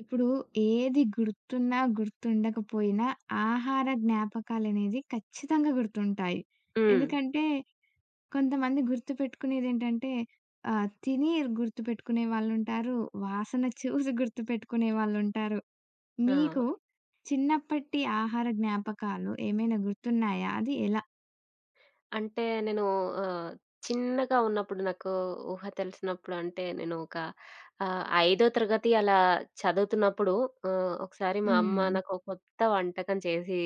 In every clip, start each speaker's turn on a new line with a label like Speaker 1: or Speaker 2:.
Speaker 1: ఇప్పుడు ఏది గుర్తున్నా, గుర్తుండకపోయినా ఆహార జ్ఞాపకాలనేది ఖచ్చితంగా గుర్తుంటాయి.
Speaker 2: హ్మ్.
Speaker 1: ఎందుకంటే కొంతమంది గుర్తుపెట్టుకునేదేంటంటే తిని గుర్తుపెట్టుకునే వాళ్ళుంటారు. వాసన చూసి గుర్తుపెట్టుకునే వాళ్ళుంటారు. మీకు
Speaker 2: ఆ!
Speaker 1: చిన్నప్పటి ఆహార జ్ఞాపకాలు ఏమైనా గుర్తున్నాయా? అది ఎలా?
Speaker 2: అంటే నేను ఆహ్, చిన్నగా ఉన్నప్పుడు నాకు ఊహ తెలిసినప్పుడు అంటే నేను ఒక ఐదో తరగతి అలా చదువుతున్నప్పుడు ఒకసారి మా అమ్మ
Speaker 1: హ్మ్.
Speaker 2: నాకో కొత్త వంటకం చేసి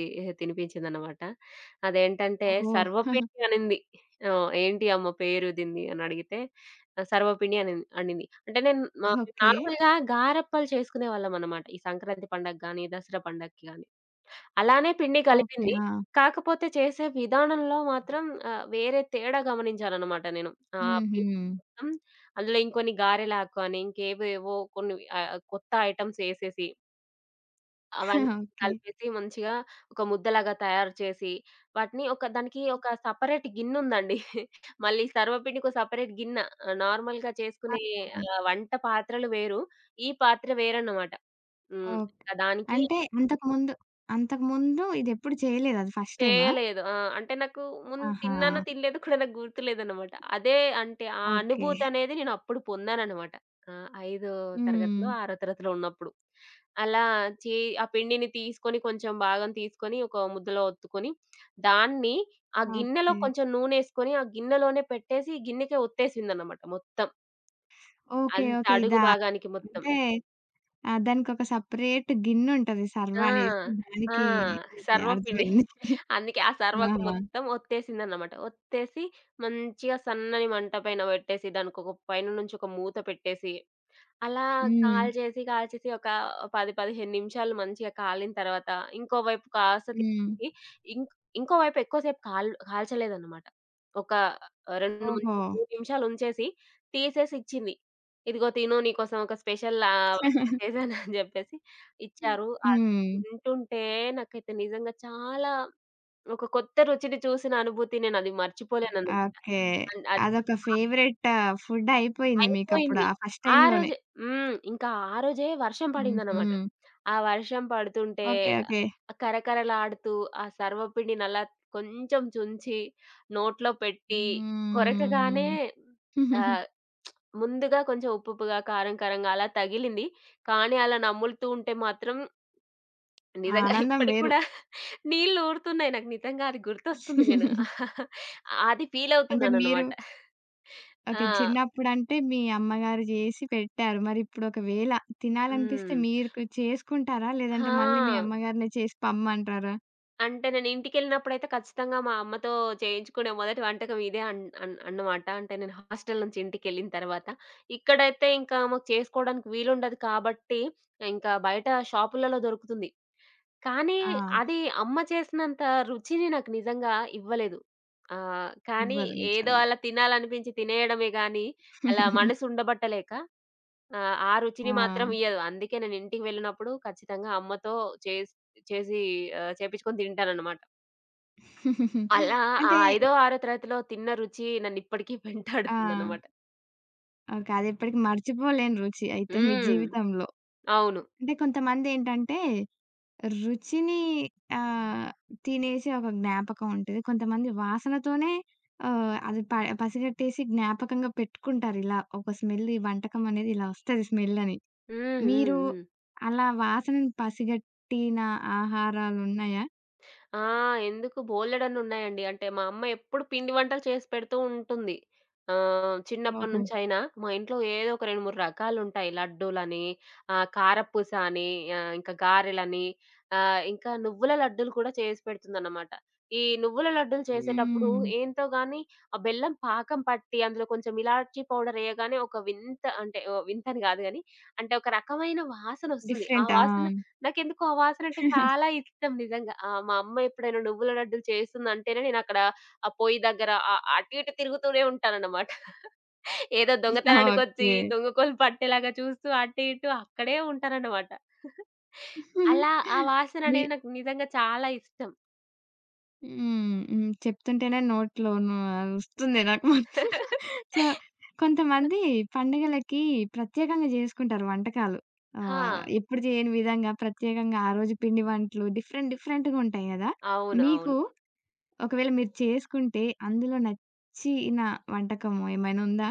Speaker 2: తినిపించిందనమాట. అదేంటంటే
Speaker 1: ఓహో!
Speaker 2: సర్వపిండి అనింది. "ఏంటి అమ్మ పేరు దీనిది?" అని అడిగితే సర్వపిండి అనింది అనింది. అంటే నేను మా
Speaker 1: ఓకే.
Speaker 2: నార్మల్‌గా గారప్పలు చేసుకునేవాళ్ళమనమాట. ఈ సంక్రాంతి పండగకి గాని, దసరా పండగకి గాని. అలానే పిండి
Speaker 1: ఓకే.
Speaker 2: కలిపింది.
Speaker 1: ఆ!
Speaker 2: కాకపోతే చేసే విధానంలో మాత్రం వేరే తేడా గమనించాననమాట నేను.
Speaker 1: హుహు.
Speaker 2: పిండి మొత్తం అందులో ఇంకొన్ని గారెలాకు అని ఇంకేవేవో కొన్ని కొత్త ఐటెమ్స్ ఎసేసి అవన్నీ
Speaker 1: ఓకే.
Speaker 2: కలిపేసి మంచిగా ఒక ముద్దలాగా తయారు చేసి, వాటిని ఒక దానికి ఒక సెపరేట్ గిన్నుందండి. మళ్ళీ సర్వపిండికో సెపరేట్ గిన్నె. నార్మల్‌గా చేసుకునే
Speaker 1: ఆ!
Speaker 2: వంట పాత్రలు వేరు. ఈ పాత్ర వేరనమాట. హ్మ్.
Speaker 1: ఓకే.
Speaker 2: దానికి
Speaker 1: అంటే అంతకుముందు ఇదెప్పుడు చేయలేదా? అది ఫస్ట్ టైమా?
Speaker 2: చేయలేదు. ఆ! అంటే నాకు ముందు
Speaker 1: ఆహా!
Speaker 2: తిన్నానో తినలేదో కూడా నాకు గుర్తులేదనమాట. అదే అంటే ఆ
Speaker 1: ఓకే.
Speaker 2: అనుభూతనేది నేనప్పుడు పొందాననమాట. ఆ! ఐదో
Speaker 1: హ్మ్.
Speaker 2: తరగతిలో, ఆరో తరగతిలో ఉన్నప్పుడు. అలా చే ఆ పిండిని తీసుకొని కొంచెం భాగం తీసుకొని ఒక ముద్దలో ఒత్తుకొని, దాన్ని ఆ గిన్నెలో
Speaker 1: ఓకే.
Speaker 2: కొంచెం నూనేసుకొని, ఆ గిన్నెలోనే పెట్టేసి గిన్నెకే ఒత్తేసిందనమాట మొత్తం.
Speaker 1: ఓకే.
Speaker 2: అంత
Speaker 1: ఓకే.
Speaker 2: అడుగు
Speaker 1: ఇదా?
Speaker 2: భాగానికి మొత్తం.
Speaker 1: అంటే దానికొక సెపరేట్ గిన్నుంటది సర్వ
Speaker 2: ఆ!
Speaker 1: అనేసి.
Speaker 2: ఆ!
Speaker 1: ఓకే.
Speaker 2: సర్వపిండి.
Speaker 1: అర్థమైంది.
Speaker 2: అందుకే ఆ
Speaker 1: ఆ!
Speaker 2: సర్వకు మొత్తం ఒత్తేసిందన్నమాట. ఒత్తేసి మంచిగా సన్నని మంట పైన పెట్టేసి దానికొక పైన నుంచి ఒక మూత పెట్టేసి, అలా
Speaker 1: హ్మ్.
Speaker 2: కాల్చేసి, కాల్చేసి ఒక 10, 15 నిమిషాలు మంచిగా కాలిన తర్వాత ఇంకో వైపు కాస్త
Speaker 1: హ్మ్.
Speaker 2: తిప్పి ఇంక్ ఇంకో వైపు ఎక్కువ సేపు కాల్చలేదన్నమాట. ఒక
Speaker 1: ఓహో!
Speaker 2: 2-3 నిమిషాలు ఉంచేసి తీసేసి ఇచ్చింది. "ఇదిగో తిను నీకోసం ఒక స్పెషల్ వంట చేశాను" అని జెప్పేసి
Speaker 1: హ్మ్.
Speaker 2: ఇచ్చారు. అది
Speaker 1: హ్మ్.
Speaker 2: తింటుంటే నాకైతే నిజంగా చాలా ఒక కొత్త రుచిని చూసిన అనుభూతి నేనది మర్చిపోలేనను.
Speaker 1: ఓకే.
Speaker 2: అండ్ అది
Speaker 1: అదొక
Speaker 2: అ
Speaker 1: ఫేవరెట్ ఫుడ్ అయిపోయింది మీకప్పుడు
Speaker 2: అయిపోయింది.
Speaker 1: ఆ ఫస్ట్
Speaker 2: ఆ
Speaker 1: టైమ్‌లోనే.
Speaker 2: రోజే హ్మ్. ఇంకా ఆ రోజే వర్షం
Speaker 1: హుహు.
Speaker 2: పడిందనమాట. ఆ వర్షం పడుతుంటే
Speaker 1: ఓకే. ఓకే.
Speaker 2: కరకరలాడుతూ ఆ సర్వపిండిని అలా కొంచెం చుంచి నోట్లో పెట్టి కొరకగానే
Speaker 1: హ్మ్.
Speaker 2: ఆహ్, ముందుగా కొంచెం ఉప్పు ఉప్పుగా, కారం కారంగా అలా తగిలింది. కానీ అలా నములుతూ ఉంటే మాత్రం
Speaker 1: ఆ
Speaker 2: నిజంగా
Speaker 1: ఆనందం
Speaker 2: ఇప్పటికి
Speaker 1: వేరు.
Speaker 2: కూడా నీళ్ళు ఊరుతున్నాయి. నాకు నిజంగా అది గుర్తొస్తుంది నేను. అది
Speaker 1: అంటే మీరు
Speaker 2: ఫీలవుతున్నాననమాట. ఆ!
Speaker 1: ఓకే. చిన్నప్పుడంటే మీ అమ్మగారు జేసి పెట్టారు. మరిప్పుడు ఒకవేళ
Speaker 2: హ్మ్. ఆ!
Speaker 1: తినాలనిపిస్తే మీకు చేసుకుంటారా?
Speaker 2: హా
Speaker 1: లేదంటే మళ్ళీ మీ అమ్మగారినే చేసి పమ్మంటారా?
Speaker 2: అంటే నేను ఇంటికెళ్ళినప్పుడైతే ఖచ్చితంగా మా అమ్మతో చేయించుకునే మొదటి వంటకం ఇదే అన్ అన్ అన్నమాట. అంటే నేను హాస్టల్ నుంచి ఇంటికెళ్ళిన తర్వాత. ఇక్కడైతే ఇంకా మాకు చేసుకోవడానికి వీలుండదు కాబట్టి, ఇంకా బయట షాపులలో దొరుకుతుంది. కానీ
Speaker 1: ఆ!
Speaker 2: అది అమ్మ చేసినంత రుచిని నాకు నిజంగా ఇవ్వలేదు. కానీ
Speaker 1: ఇవ్వదు
Speaker 2: ఏదో
Speaker 1: నిజంగా.
Speaker 2: అలా తినాలనిపించి తినేయడమే గానీ, అలా మనసు ఉండబట్టలేక ఆ
Speaker 1: ఆ!
Speaker 2: రుచిని మాత్రం ఇయ్యదు. అందుకే నేను ఇంటికి వెళ్ళినప్పుడు ఖచ్చితంగా అమ్మతో చేసి చేసి చేపించుకొని తింటానన్నమాట. అలా ఆ
Speaker 1: అంటే
Speaker 2: ఐదో, ఆరో తరగతిలో తిన్న రుచి నన్ను ఇప్పటికి
Speaker 1: ఆ!
Speaker 2: వెంటాడుతుందన్నమాట.
Speaker 1: ఓకే. అదెప్పటికి మర్చిపోలేని రుచి అయితే మీ
Speaker 2: హ్మ్.
Speaker 1: జీవితంలో.
Speaker 2: అవును.
Speaker 1: అంటే కొంతమందేంటంటే రుచిని ఆహ్, తినేసే ఒక జ్ఞాపకం ఉంటది. కొంతమంది వాసనతోనే ఆహ్, అది ప పసిగట్టేసి జ్ఞాపకంగా పెట్టుకుంటారు. ఇలా ఒక స్మెల్ ఈ వంటకం అనేది ఇలా వస్తది స్మెల్ అని.
Speaker 2: హ్మ్.
Speaker 1: మీరు
Speaker 2: హ్మ్. హ్మ్.
Speaker 1: అలా వాసనను పసిగట్టిన ఆహారాలున్నాయా?
Speaker 2: ఆ! ఎందుకు బోలెడన్నున్నాయండి. అంటే మా అమ్మ ఎప్పుడు పిండి వంటలు చేసి పెడుతూ ఉంటుంది.
Speaker 1: ఓహో!
Speaker 2: చిన్నప్పటినుంచైనా మా ఇంట్లో ఏదో ఒక 2, 3 రకాలుంటాయి. లడ్డూలని, కారపూస అని, ఇంకా గారెలని, ఇంకా నువ్వుల లడ్డూలు కూడా చేసి పెడుతుందన్నమాట. ఈ నువ్వుల లడ్డూలు చేసేటప్పుడు
Speaker 1: హ్మ్.
Speaker 2: ఏంతో గాని ఆ బెల్లం పాకం పట్టి అందులో కొంచెం ఇలాచీ పౌడర్ ఎయగానే ఒక వింత అంటే ఓ వింత అని గాదు గాని అంటే ఒక రకమైన వాసనొస్తుంది. ఆ
Speaker 1: డిఫరెంటా?
Speaker 2: వాసన నాకెందుకో ఆ వాసనంటే చాలా ఇష్టం నిజంగా. ఆ! మా అమ్మ ఎప్పుడైనా నువ్వుల లడ్డూలు చేస్తుందంటేనే నేనక్కడ ఆ పొయ్యి దగ్గర అటు ఇటు తిరుగుతూనే ఉంటానన్నమాట. ఏదో దొంగతనానికొచ్చి
Speaker 1: ఓకే.
Speaker 2: దొంగకోలు పట్టేలాగా చూస్తూ అటు ఇటు అక్కడే ఉంటానన్నమాట. అలా ఆ
Speaker 1: మీ
Speaker 2: వాసననేది నాకు నిజంగా చాలా ఇష్టం.
Speaker 1: హ్మ్. హ్మ్. చెప్తుంటేనే నోట్లో వస్తుంది నాకు మొత్తం. సో, కొంతమంది పండుగలకి ప్రత్యేకంగా జేసుకుంటారు వంటకాలు.
Speaker 2: ఆ!
Speaker 1: ఎప్పుడు చేయని విధంగా ప్రత్యేకంగా ఆ రోజు పిండి వంటలు డిఫరెంట్ డిఫరెంట్‌గా ఉంటాయి గదా!
Speaker 2: అవును. అవును.
Speaker 1: మీకు ఒకవేళ మీరు చేసుకుంటే అందులో నచ్చిన వంటకము ఏమైనా ఉందా?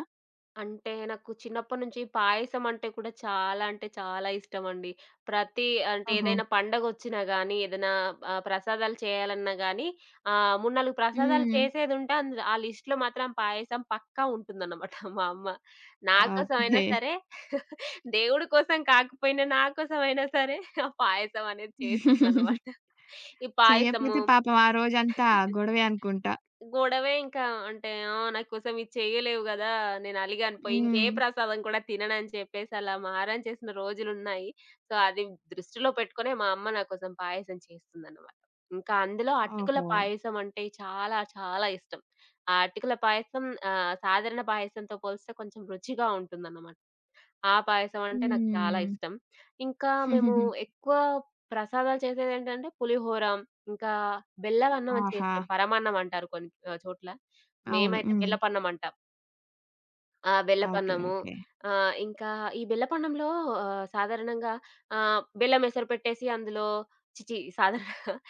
Speaker 2: అంటే నాకు చిన్నప్పటి నుంచి పాయసం అంటే కూడా చాలా అంటే చాలా ఇష్టమండి. ప్రతి అంటే
Speaker 1: ఓహో!
Speaker 2: ఏదైనా పండగొచ్చినా గానీ, ఏదైనా ప్రసాదాలు చేయాలన్నా గానీ, 3, 4 ప్రసాదాలు
Speaker 1: హ్మ్.
Speaker 2: చేసేదుంటే అందులో ఆ లిస్ట్‌లో మాత్రం పాయసం పక్కా ఉంటుందన్నమాట మా అమ్మ. నా కోసమైనా
Speaker 1: ఓకే.
Speaker 2: సరే, దేవుడి కోసం కాకపోయినా నా కోసమైనా సరే ఆ పాయసం అనేది చేస్తుందన్నమాట. ఈ పాయసము
Speaker 1: చెయ్యకపోతే పాపం ఆ రోజంతా గొడవే అనుకుంటా.
Speaker 2: గొడవే ఇంకా. అంటే, "ఆ! నా కోసం ఇది చేయలేవు గదా! నేను అలిగాను పోయి. ఇంకే
Speaker 1: హ్మ్.
Speaker 2: ప్రసాదం కూడా తిననని" చెప్పేసి అలా మారం చేసిన రోజులున్నాయి. సో, అది దృష్టిలో పెట్టుకునే మా అమ్మ నా కోసం పాయసం చేస్తుందన్నమాట. ఇంకా అందులో అటుకుల
Speaker 1: ఓహో!
Speaker 2: పాయసం అంటే చాలా, చాలా ఇష్టం. ఆ అటుకుల పాయసం సాధారణ పాయసంతో పోలిస్తే కొంచెం రుచిగా ఉంటుందన్నమాట. ఆ పాయసం అంటే నాకు చాలా
Speaker 1: హ్మ్.
Speaker 2: ఇష్టం. ఇంకా మేము ఎక్కువ ప్రసాదాలు చేసేదేంటంటే పులిహోర, ఇంకా బెల్లవన్నం అని
Speaker 1: ఆహా!
Speaker 2: చేస్తాం. పరమాన్నం అంటారు కొన్ని చోట్ల.
Speaker 1: అవును.
Speaker 2: మేమైతే
Speaker 1: హ్మ్.
Speaker 2: బెల్లపన్నం అంటాం. ఆ!
Speaker 1: ఓకే.
Speaker 2: బెల్లపన్నము.
Speaker 1: ఓకే.
Speaker 2: ఇంకా ఈ బెల్లపన్నంలో సాధారణంగా బెల్లం ఎసరు పెట్టేసి అందులో సాధారణంగా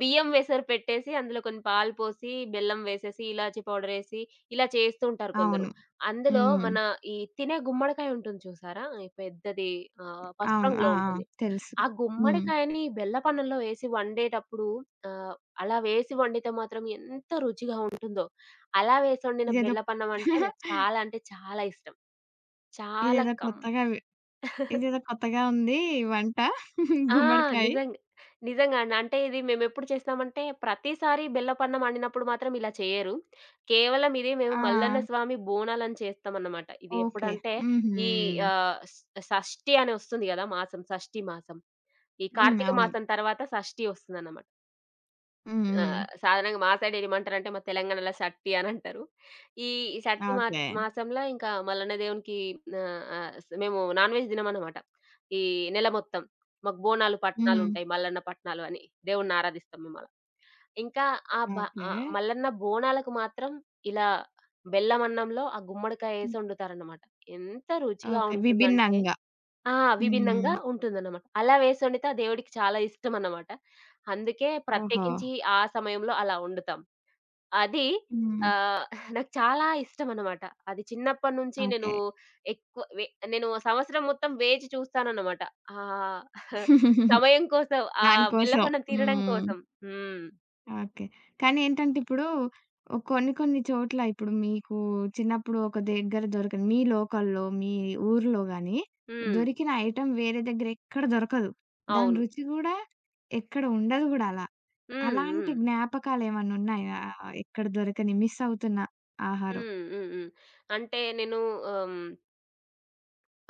Speaker 2: బియ్యం ఎసరు పెట్టేసి అందులో కొన్ని పాలు పోసి, బెల్లం వేసేసి, ఇలాచి పౌడర్ ఎసి ఇలా చేస్తూ ఉంటారు కొందరు.
Speaker 1: అవును.
Speaker 2: అందులో
Speaker 1: హ్మ్.
Speaker 2: మన ఈ తినే గుమ్మడికాయ ఉంటుంది చూసారా? ఈ పెద్దది పసుపు
Speaker 1: అవును.
Speaker 2: రంగులో
Speaker 1: ఆ! ఆ!
Speaker 2: ఉంటుంది.
Speaker 1: తెలుసు.
Speaker 2: ఆ
Speaker 1: హ్మ్.
Speaker 2: గుమ్మడికాయని బెల్లపన్నంలో ఎసి వండేటప్పుడు ఆహ్, అలా వేసి వండితే మాత్రం ఎంత రుచిగా ఉంటుందో. అలా వేసొండిన
Speaker 1: ఇదేదో
Speaker 2: బెల్లపన్నం అంటే నాకు చాలా అంటే చాలా ఇష్టం. చాలా
Speaker 1: ఇదేదో
Speaker 2: కం
Speaker 1: కొత్తగా వి ఇదేదో కొత్తగా ఉంది ఈ వంట.
Speaker 2: ఆ!
Speaker 1: గుమ్మడికాయ.
Speaker 2: నిజంగా. నిజంగా అండి. అంటే ఇది మేమెప్పుడు చేస్తామంటే ప్రతిసారి బెల్లపన్నం వండినప్పుడు మాత్రం ఇలా చేయరు. కేవలం ఇది మేము
Speaker 1: ఆ!
Speaker 2: మల్లన్న స్వామి బోనాలని చేస్తామన్నమాట. ఇది
Speaker 1: ఓకే.
Speaker 2: ఎప్పుడంటే
Speaker 1: హుహు.
Speaker 2: ఈ ఆహ్, ష్ షష్ఠి అని వస్తుంది గదా! మాసం షష్ఠి మాసం. ఈ
Speaker 1: హ్మ్.
Speaker 2: కార్తీక
Speaker 1: అవును.
Speaker 2: మాసం తర్వాత షష్ఠి వస్తుందన్నమాట.
Speaker 1: హ్మ్.
Speaker 2: ఆ!
Speaker 1: హ్మ్.
Speaker 2: సాధారణంగా మా సైడ్ ఏమంటారంటే, మా తెలంగాణలో షట్టి అనంటారు. ఈ షట్టి మా
Speaker 1: ఓకే.
Speaker 2: మాసంలో ఇంకా మల్లన్న దేవునికి ఆహ్, ఆహ్, స్ మేము నాన్ వెజ్ తినమన్నమాట. ఈ నెల మొత్తం. మాకు బోనాలు,
Speaker 1: హ్మ్.
Speaker 2: పట్నాలుంటాయి. మల్లన్న పట్నాలు అని. దేవుణ్ణి ఆరాధిస్తాం మేమలా. ఇంకా ఆ బ
Speaker 1: ఓకే.
Speaker 2: మల్లన్న బోనాలకు మాత్రం ఇలా బెల్లమన్నంలో ఆ గుమ్మడికాయేసి
Speaker 1: హ్మ్.
Speaker 2: వండుతారన్నమాట. ఎంత రుచిగా
Speaker 1: ఓకే.
Speaker 2: ఉంటుందంటే
Speaker 1: విభిన్నంగా.
Speaker 2: ఆ!
Speaker 1: హ్మ్.
Speaker 2: విభిన్నంగా ఉంటుందన్నమాట. అలా వేసి వండితే ఆ దేవుడికి చాలా ఇష్టమన్నమాట. అందుకే
Speaker 1: ఓహో!
Speaker 2: ప్రత్యేకించి ఆ సమయంలో అలా వండుతాం. అది
Speaker 1: హ్మ్.
Speaker 2: ఆహ్, నాకు చాలా ఇష్టమన్నమాట. అది చిన్నప్పటి నుంచి నేను
Speaker 1: ఓకే.
Speaker 2: ఎక్కువ వె నేను సంవత్సరం మొత్తం వేచి చూస్తానన్నమాట. ఆ సమయం కోసం, ఆ
Speaker 1: దానికోసం.
Speaker 2: బెల్లపన్నం తినడం
Speaker 1: హ్మ్.
Speaker 2: కోసం. హ్మ్.
Speaker 1: ఓకే. కానీ ఏంటంటే ఇప్పుడు కొన్ని కొన్ని చోట్ల ఇప్పుడు చిన్నప్పుడు ఒక దగ్గర దొరకని మీ లోకల్‌లో, మీ ఊర్లో గాని
Speaker 2: హ్మ్.
Speaker 1: దొరికిన ఐటెమ్ వేరే దగ్గర ఎక్కడ దొరకదు. దాని
Speaker 2: అవును.
Speaker 1: రుచి గూడా ఎక్కడ ఉండదు గూడా అలా.
Speaker 2: హ్మ్.
Speaker 1: అలాంటి
Speaker 2: హ్మ్.
Speaker 1: జ్ఞాపకాలేమన్నా ఉన్నాయా? ఎక్కడ దొరకని మిస్ అవుతున్న ఆహారం?
Speaker 2: హ్మ్. హ్మ్. హ్మ్. అంటే నేను ఆహ్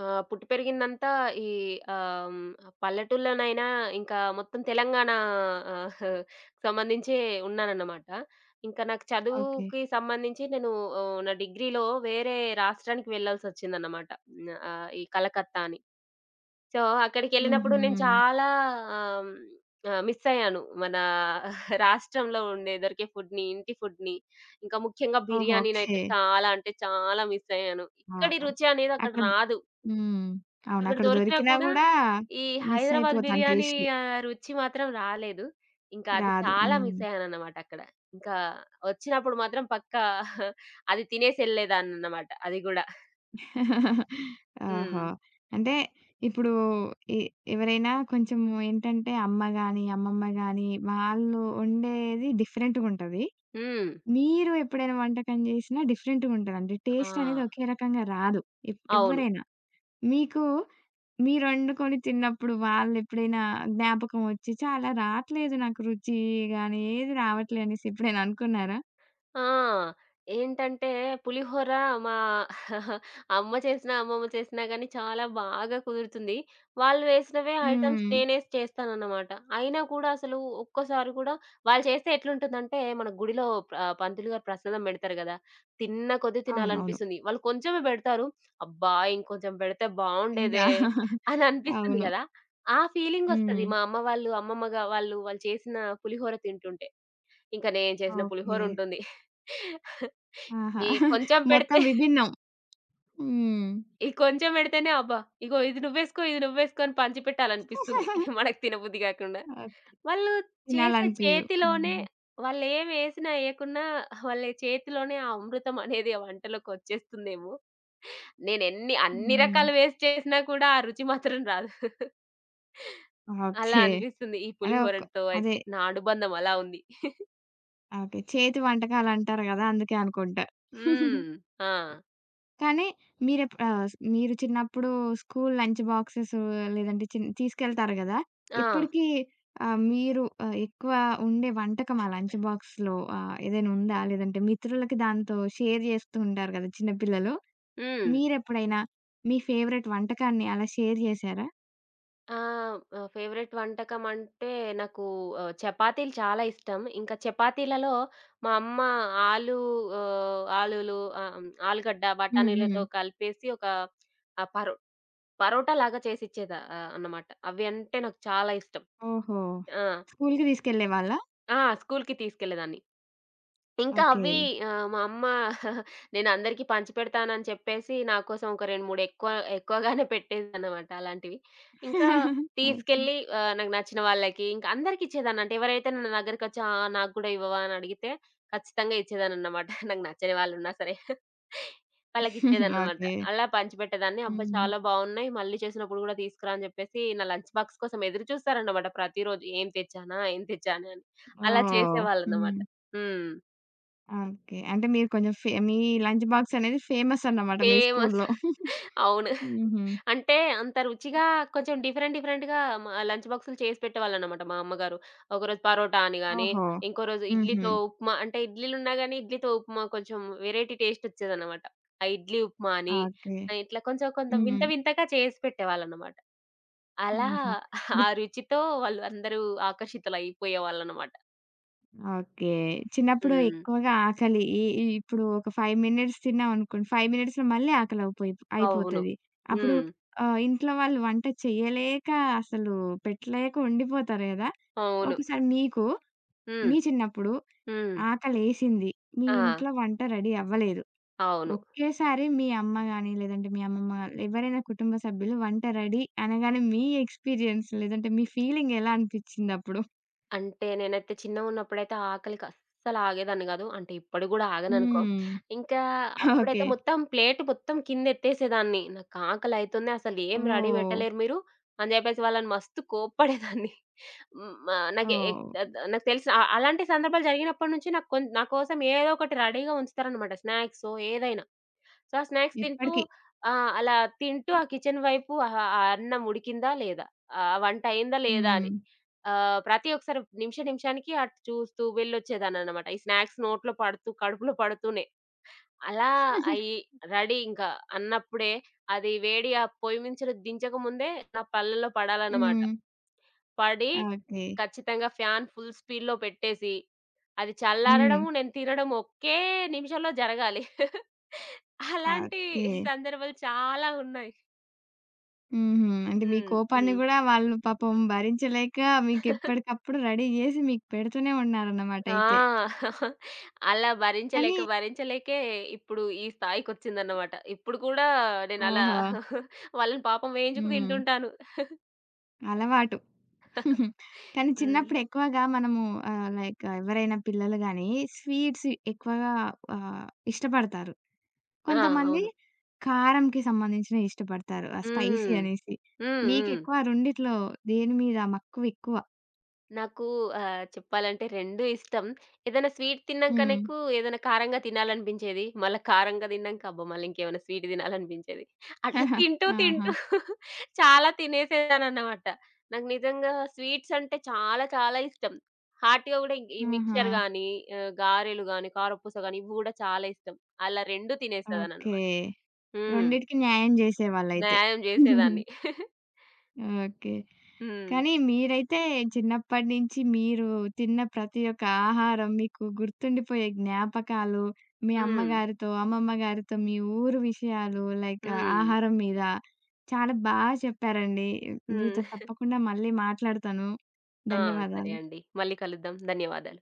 Speaker 2: ఆ! పుట్టి పెరిగిందంతా ఈ పల్లెటూల్లోనైనా ఇంకా మొత్తం తెలంగాణ ఆహ్, సంబంధించే ఉన్నానన్నమాట. ఇంకా నాకు
Speaker 1: ఓకే.
Speaker 2: చదువుకి సంబంధించి నేను నా డిగ్రీలో వేరే రాష్ట్రానికి వెళ్ళాల్సొచ్చిందన్నమాట. హ్మ్. ఈ కలకత్తా అని. సో, అక్కడికెళ్ళినప్పుడు నేను
Speaker 1: హుహు.
Speaker 2: చాలా ఆహ్, హ్మ్, మిస్ అయ్యాను. మన రాష్ట్రంలో ఉండే దొరికే ఫుడ్‌ని, ఇంటి ఫుడ్‌ని, ఇంకా ముఖ్యంగా
Speaker 1: ఓహో!
Speaker 2: బిర్యానీనైతే
Speaker 1: ఓకే.
Speaker 2: చాలా అంటే చాలా మిస్ అయ్యాను.
Speaker 1: ఆ!
Speaker 2: ఇక్కడి రుచి అనేది అక్కడ
Speaker 1: అక్కడ
Speaker 2: రాదు.
Speaker 1: హ్మ్. అవును.
Speaker 2: అక్కడ
Speaker 1: అక్కడ
Speaker 2: దొరికినా
Speaker 1: దొరికినా
Speaker 2: కూడా
Speaker 1: గూడా
Speaker 2: ఈ
Speaker 1: మిస్
Speaker 2: హైదరాబాద్
Speaker 1: అయిపోతాను
Speaker 2: బిర్యానీ
Speaker 1: టేస్ట్.
Speaker 2: రుచి మాత్రం రాలేదు. ఇంకా అది
Speaker 1: రాదు.
Speaker 2: చాలా
Speaker 1: హ్మ్.
Speaker 2: మిస్ అయ్యానన్నమాట అక్కడ. ఇంకా వచ్చినప్పుడు మాత్రం పక్కా అది తినేసెళ్ళేదాన్నన్నమాట అది గూడా. హ్మ్.
Speaker 1: ఆహా! అంటే ఇప్పుడు ఎ ఎవరైనా కొంచెం ఏంటంటే అమ్మ గాని, అమ్మమ్మ గాని వాళ్ళు వండేది డిఫరెంట్‌గుంటది.
Speaker 2: హ్మ్.
Speaker 1: మీరు ఎప్పుడైనా వంటకం చేసినా డిఫరెంట్‌గుంటదండి.
Speaker 2: ఆ!
Speaker 1: టేస్ట్ అనేది ఒకే రకంగా రాదు.
Speaker 2: అవును.
Speaker 1: ఎవ్వరైనా. మీకు మీరొండుకొని తిన్నప్పుడు వాళ్ళెప్పుడైనా జ్ఞాపకం వచ్చి చాలా రాట్లేదు నాకు రుచి గాని, ఏది రావట్లే అనేసి ఎప్పుడైనా అనుకున్నారా?
Speaker 2: ఆ! ఏంటంటే పులిహోర మా అమ్మ చేసినా, అమ్మమ్మ చేసినా గానీ చాలా బాగా కుదురుతుంది. వాళ్ళు వేసినవే ఐటెమ్స్
Speaker 1: హ్మ్.
Speaker 2: నేనేసి చేస్తానన్నమాట. అయినా కూడా అసలు ఒక్కసారి కూడా వాళ్ళు చేస్తే ఎట్లుంటుందంటే మన గుడిలో పంతులు గారు ప్రసాదం పెడతారు గదా! తిన్న కొద్దీ
Speaker 1: అవునవును.
Speaker 2: తినాలనిపిస్తుంది. వాళ్ళు కొంచెమే పెడతారు. అబ్బా! ఇంకొంచెం పెడితే
Speaker 1: ఇంకా
Speaker 2: బావుండేదే అని అనిపిస్తుంది
Speaker 1: అవును.
Speaker 2: గదా! ఆ ఫీలింగొస్తది
Speaker 1: హ్మ్.
Speaker 2: మా అమ్మ వాళ్ళు, అమ్మమ్మగా వాళ్ళు, వాళ్ళు చేసిన పులిహోర తింటుంటే. ఇంక నేను చేసిన
Speaker 1: ఓకే.
Speaker 2: పులిహోర ఉంటుంది.
Speaker 1: ఆహా!
Speaker 2: ఈ కొంచెం పెడితే
Speaker 1: మొత్తం విభిన్నం. హ్మ్.
Speaker 2: ఈ కొంచెం పెడితేనే అబ్బా! ఇగో ఇది నువ్వేసుకో, ఇది నువ్వేసుకో అని పంచిపెట్టాలనిపిస్తుంది. మనకు తినబుద్ధి గాకుండా.
Speaker 1: ఓకే.
Speaker 2: వాళ్ళు చేసే
Speaker 1: తినాలనిపియదు.
Speaker 2: చేతిలోనే
Speaker 1: హ్మ్.
Speaker 2: వాళ్ళేమేసినా ఏయకున్నా వాళ్ళ చేతిలోనే ఆ అమృతం అనేది ఆ వంటలోకొచ్చేస్తుందేమో! నేనెన్ని అన్ని
Speaker 1: హ్మ్.
Speaker 2: రకాలు వేసి చేసినా కూడా ఆ రుచి మాత్రం రాదు. అలా
Speaker 1: ఓకే.
Speaker 2: అనిపిస్తుంది ఈ
Speaker 1: అదే ఒక
Speaker 2: పులిహోరతో
Speaker 1: అదే
Speaker 2: అయితే. నా అనుబంధం అలా ఉంది.
Speaker 1: ఓకే. చేతి వంటకాలంటారు గదా! అందుకే అనుకుంటా.
Speaker 2: హ్మ్. ఆ!
Speaker 1: కానీ మీరెప్ ఆహ్, స్ మీరు చిన్నప్పుడు స్కూల్ లంచ్ బాక్సెస్ లేదంటే తీసుకెళ్తారు గదా!
Speaker 2: ఆ!
Speaker 1: ఇప్పటికి మీరు ఎక్కువ ఉండే వంటకం ఆ లంచ్ బాక్స్‌లో ఏదైనా ఉందా? లేదంటే మిత్రులకి దాంతో షేర్ జేస్తూ ఉంటారు గదా! చిన్న పిల్లలు.
Speaker 2: హ్మ్.
Speaker 1: మీరెప్పుడైనా మీ ఫేవరెట్ వంటకాన్ని అలా షేర్ జేశారా?
Speaker 2: ఆ! ఫేవరెట్ వంటకం అంటే నాకు చపాతీలు చాలా ఇష్టం. ఇంకా చపాతీలలో మా అమ్మ ఆలు ఆహ్, ఆలులు ఆహ్, హ్మ్, ఆలుగడ్డ,
Speaker 1: హ్మ్.
Speaker 2: బఠానీలతో
Speaker 1: హ్మ్.
Speaker 2: కలిపేసి ఒక ఆహ్, పరో పరోటాలాగా చేసిచ్చేదా అన్నమాట. అవి అంటే నాకు చాలా ఇష్టం.
Speaker 1: ఓహో!
Speaker 2: ఆ!
Speaker 1: స్కూలుకి తీసుకెళ్ళేవాళ్ళా?
Speaker 2: ఆ! స్కూలుకి తీసుకెళ్ళేదాన్ని. ఇంకా
Speaker 1: ఓకే.
Speaker 2: అవి మా అమ్మ నేనందరికీ పంచిపెడతానని చెప్పేసి, నా కోసం ఒక 2, 3 ఎక్కువగానే పెట్టేదాన్నమాట అలాంటివి. ఇంకా
Speaker 1: ఓకే.
Speaker 2: తీసుకెళ్ళి నాకు నచ్చిన వాళ్ళకి, ఇంకా అందరికి ఇచ్చేదాన్ని. అంటే ఎవరైతే నా దగ్గరికొచ్చి "ఆ! నాకు గూడా ఇవ్వవా?" అని అడిగితే, ఖచ్చితంగా ఇచ్చేదాన్ననమాట. నాకు నచ్చని వాళ్ళున్నా సరే. వాళ్ళకిచ్చేదాన్నమాట.
Speaker 1: ఓకే.
Speaker 2: అలా పంచిపెట్టేదాన్ని. "అబ్బా!
Speaker 1: హ్మ్.
Speaker 2: చాలా బావున్నాయి. మళ్ళీ చేసినప్పుడు గూడా తీసుకురా" అని జెప్పేసి, నా లంచ్ బాక్స్ కోసం ఎదురు చూస్తారన్నమాట ప్రతిరోజు. "ఏం తెచ్చానా? ఏం తెచ్చానా?" అని. అలా
Speaker 1: ఓహ్!
Speaker 2: చేసేవాళ్ళన్నమాట.
Speaker 1: హ్మ్.
Speaker 2: హ్మ్.
Speaker 1: ఓకే. అంటే మీరు కొంచెం ఫే మీ లంచ్ బాక్స్ అనేది ఫేమస్ అన్నమాట మీ
Speaker 2: ఫేమస్.
Speaker 1: స్కూలులో.
Speaker 2: అవును.
Speaker 1: హుహు.
Speaker 2: అంటే అంత రుచిగా కొంచెం డిఫరెంట్ డిఫరెంట్‌గా మ లంచ్ బాక్సులు చేసి పెట్టేవాళ్ళనమాట మా అమ్మగారు. ఒకరోజు పరోటా అని గాని,
Speaker 1: ఓహో!
Speaker 2: ఇంకో రోజు
Speaker 1: హుహు.
Speaker 2: ఇడ్లీతో ఉప్మా అంటే ఇడ్లీలున్నా గాని ఇడ్లీతో ఉప్మా కొంచెం వేరైటీ టేస్ట్ వచ్చేదనమాట. ఆ ఇడ్లీ ఉప్మా అని
Speaker 1: ఓకే.
Speaker 2: ఇట్లా కొంచెం కొంత వింత
Speaker 1: హ్మ్.
Speaker 2: వింతగా చేసి పెట్టేవాళ్ళనమాట. అలా
Speaker 1: ఆహా!
Speaker 2: ఆ రుచితో వాళ్ళు అందరూ ఆకర్షితులైపోయేవాళ్ళనమాట.
Speaker 1: ఓకే. చిన్నప్పుడు
Speaker 2: హ్మ్.
Speaker 1: ఎక్కువగా ఆకలి ఈ ఈ ఇప్పుడు ఒక 5 మినిట్స్ తిన్నామనుకోండి, 5 మినిట్స్‌లో మళ్ళీ ఆకలి అవుపోయి
Speaker 2: అవును.
Speaker 1: అయిపోతది. అప్పుడు
Speaker 2: హ్మ్.
Speaker 1: ఇంట్లో వాళ్ళు వంట చేయలేక అసలు పెట్టలేక ఉండిపోతారు గదా!
Speaker 2: అవును.
Speaker 1: ఒకసారి
Speaker 2: హ్మ్.
Speaker 1: మీ చిన్నప్పుడు
Speaker 2: హ్మ్.
Speaker 1: ఆకలేసింది. మీ
Speaker 2: ఆ!
Speaker 1: ఇంట్లో వంట రెడీ అవ్వలేదు.
Speaker 2: అవును.
Speaker 1: ఒకేసారి మీ అమ్మ గాని, లేదంటే మీ అమ్మమ్మ గాని ఎవరైనా కుటుంబ సభ్యులు వంట రెడీ అనగానే మీ ఎక్స్‌పీరియన్స్ లేదంటే మీ ఫీలింగ్ ఎలా అనిపిచ్చిందప్పుడు?
Speaker 2: అంటే నేనైతే చిన్నగున్నప్పుడైతే ఆకలికి అస్సలు ఆగేదాన్ని గాదు. అంటే ఇప్పటికి గూడా ఆగననుకో.
Speaker 1: హ్మ్.
Speaker 2: ఇంకా అప్పుడైతే
Speaker 1: ఓకే.
Speaker 2: మొత్తం ప్లేట్ మొత్తం కిందెత్తేసేదాన్ని. నాకాకలైతుంది అసలు ఏం రెడీ
Speaker 1: ఓహ్!
Speaker 2: పెట్టలేరు మీరు అని జెప్పేసి వాళ్ళని మస్తు కోప్పడేదాన్ని. హ్మ్. మా నాకే ఎక్
Speaker 1: ఓహ్!
Speaker 2: అద్ నాకు తెలిసిన అలాంటి సందర్భాలు జరిగినప్పటి నుంచి నాకు నా కోసం ఏదో ఒకటి రెడీగా ఉంచుతారనమాట. స్నాక్సో ఏదైనా. సో, ఆ స్నాక్స్ తింటూ
Speaker 1: ఇప్పటికి.
Speaker 2: ఆ! అలా తింటూ ఆ కిచెన్ వైపు ఆ అన్నం ఉడికిందా లేదా? ఆ వంట అయిందా లేదా?
Speaker 1: హ్మ్.
Speaker 2: అని ప్రతి ఒక్కసారి నిమిష నిమిషానికి అటు చూస్తూ వెళ్ళొచ్చేదాన్ననమాట. ఈ స్నాక్స్ నోట్లో పడుతూ, కడుపులో పడుతూనే. అలా అయి రెడీ ఇంకా అన్నప్పుడే అది వేడి ఆ పొయ్యి మించిన దించకముందే నా పళ్ళలో పడాలన్నమాట.
Speaker 1: హ్మ్.
Speaker 2: పడి,
Speaker 1: ఓకే.
Speaker 2: ఖచ్చితంగా ఫ్యాన్ ఫుల్ స్పీడ్‌లో పెట్టేసి, అది
Speaker 1: హ్మ్.
Speaker 2: చల్లారడము, నేను తినడం ఒకే నిమిషంలో జరగాలి. అలాంటి
Speaker 1: ఓకే.
Speaker 2: సందర్భాలు చాలా ఉన్నాయి.
Speaker 1: హుహు. అంటే మీ
Speaker 2: హ్మ్.
Speaker 1: కోపాన్ని
Speaker 2: హ్మ్.
Speaker 1: గూడా వాళ్ళు పాపం భరించలేక మీకెప్పటికప్పుడు రెడీ జేసి మీకు పెడుతూనే ఉన్నారన్నమాట
Speaker 2: ఆ!
Speaker 1: అయితే.
Speaker 2: అలా
Speaker 1: కానీ
Speaker 2: భరించలేక, భరించలేకే ఇప్పుడు ఈ స్థాయికొచ్చిందన్నమాట. ఇప్పుడు కూడా నేనలా
Speaker 1: ఓహో!
Speaker 2: వాళ్ళని పాపం వేయించుకు
Speaker 1: హ్మ్.
Speaker 2: తింటుంటాను.
Speaker 1: అలవాటు. కానీ
Speaker 2: హ్మ్.
Speaker 1: చిన్నప్పుడు ఎక్కువగా లైక్ ఎవరైనా పిల్లలు గాని స్వీట్స్ ఎక్కువగా ఆహ్, ఇష్టపడతారు.
Speaker 2: ఆ!
Speaker 1: కొంతమంది
Speaker 2: అవును.
Speaker 1: కారంకి సంబంధించినవి ఇష్టపడతారు. ఆ స్పైసీ
Speaker 2: హ్మ్.
Speaker 1: అనేసి.
Speaker 2: హ్మ్. హ్మ్.
Speaker 1: మీకెక్కువ ఆ రెండిట్లో దేని మీద మక్కువ ఎక్కువ?
Speaker 2: నాకు చెప్పాలంటే 2 ఇష్టం. ఏదైనా స్వీట్ తిన్నాక
Speaker 1: హ్మ్.
Speaker 2: నాకు ఏదైనా కారంగా తినాలనిపించేది. మళ్ళా కారంగా తిన్నాక అబ్బా! మళ్ళీ ఇంకేమైనా స్వీట్ తినాలనిపించేది. అట్లా తింటూ
Speaker 1: ఆహా!
Speaker 2: తింటూ చాలా తినేసేదానన్నమాట. నాకు నిజంగా స్వీట్స్ అంటే చాలా చాలా ఇష్టం. హాట్‌గా కూడా ఈ
Speaker 1: ఆహా!
Speaker 2: మిక్స్చర్ గాని, గారెలు గాని, కారపూస గాని ఇవి కూడా చాలా ఇష్టం. అలా 2
Speaker 1: ఓకే.
Speaker 2: తినేసేదానన్నమాట. హ్మ్.
Speaker 1: రెండిటికి న్యాయం జేసేవాళ్ళైతే.
Speaker 2: న్యాయం చేసేదాన్ని.
Speaker 1: ఓకే.
Speaker 2: హ్మ్.
Speaker 1: కానీ మీరైతే చిన్నప్పటి నుంచి మీరు తిన్న ప్రతి ఒక్క ఆహారం మీకు గుర్తుండిపోయే జ్ఞాపకాలు, మీ
Speaker 2: హ్మ్.
Speaker 1: అమ్మగారితో, అమ్మమ్మ గారితో మీ ఊరు విషయాలు లైక్
Speaker 2: హ్మ్.
Speaker 1: ఆహారం మీద చాలా చెప్పారండి. మీతో
Speaker 2: హ్మ్.
Speaker 1: తప్పకుండా మళ్ళీ మాట్లాడతాను.
Speaker 2: ఆ! సరే
Speaker 1: ధన్యవాదాలు.
Speaker 2: అండి. మళ్ళీ కలుద్దాం. ధన్యవాదాలు.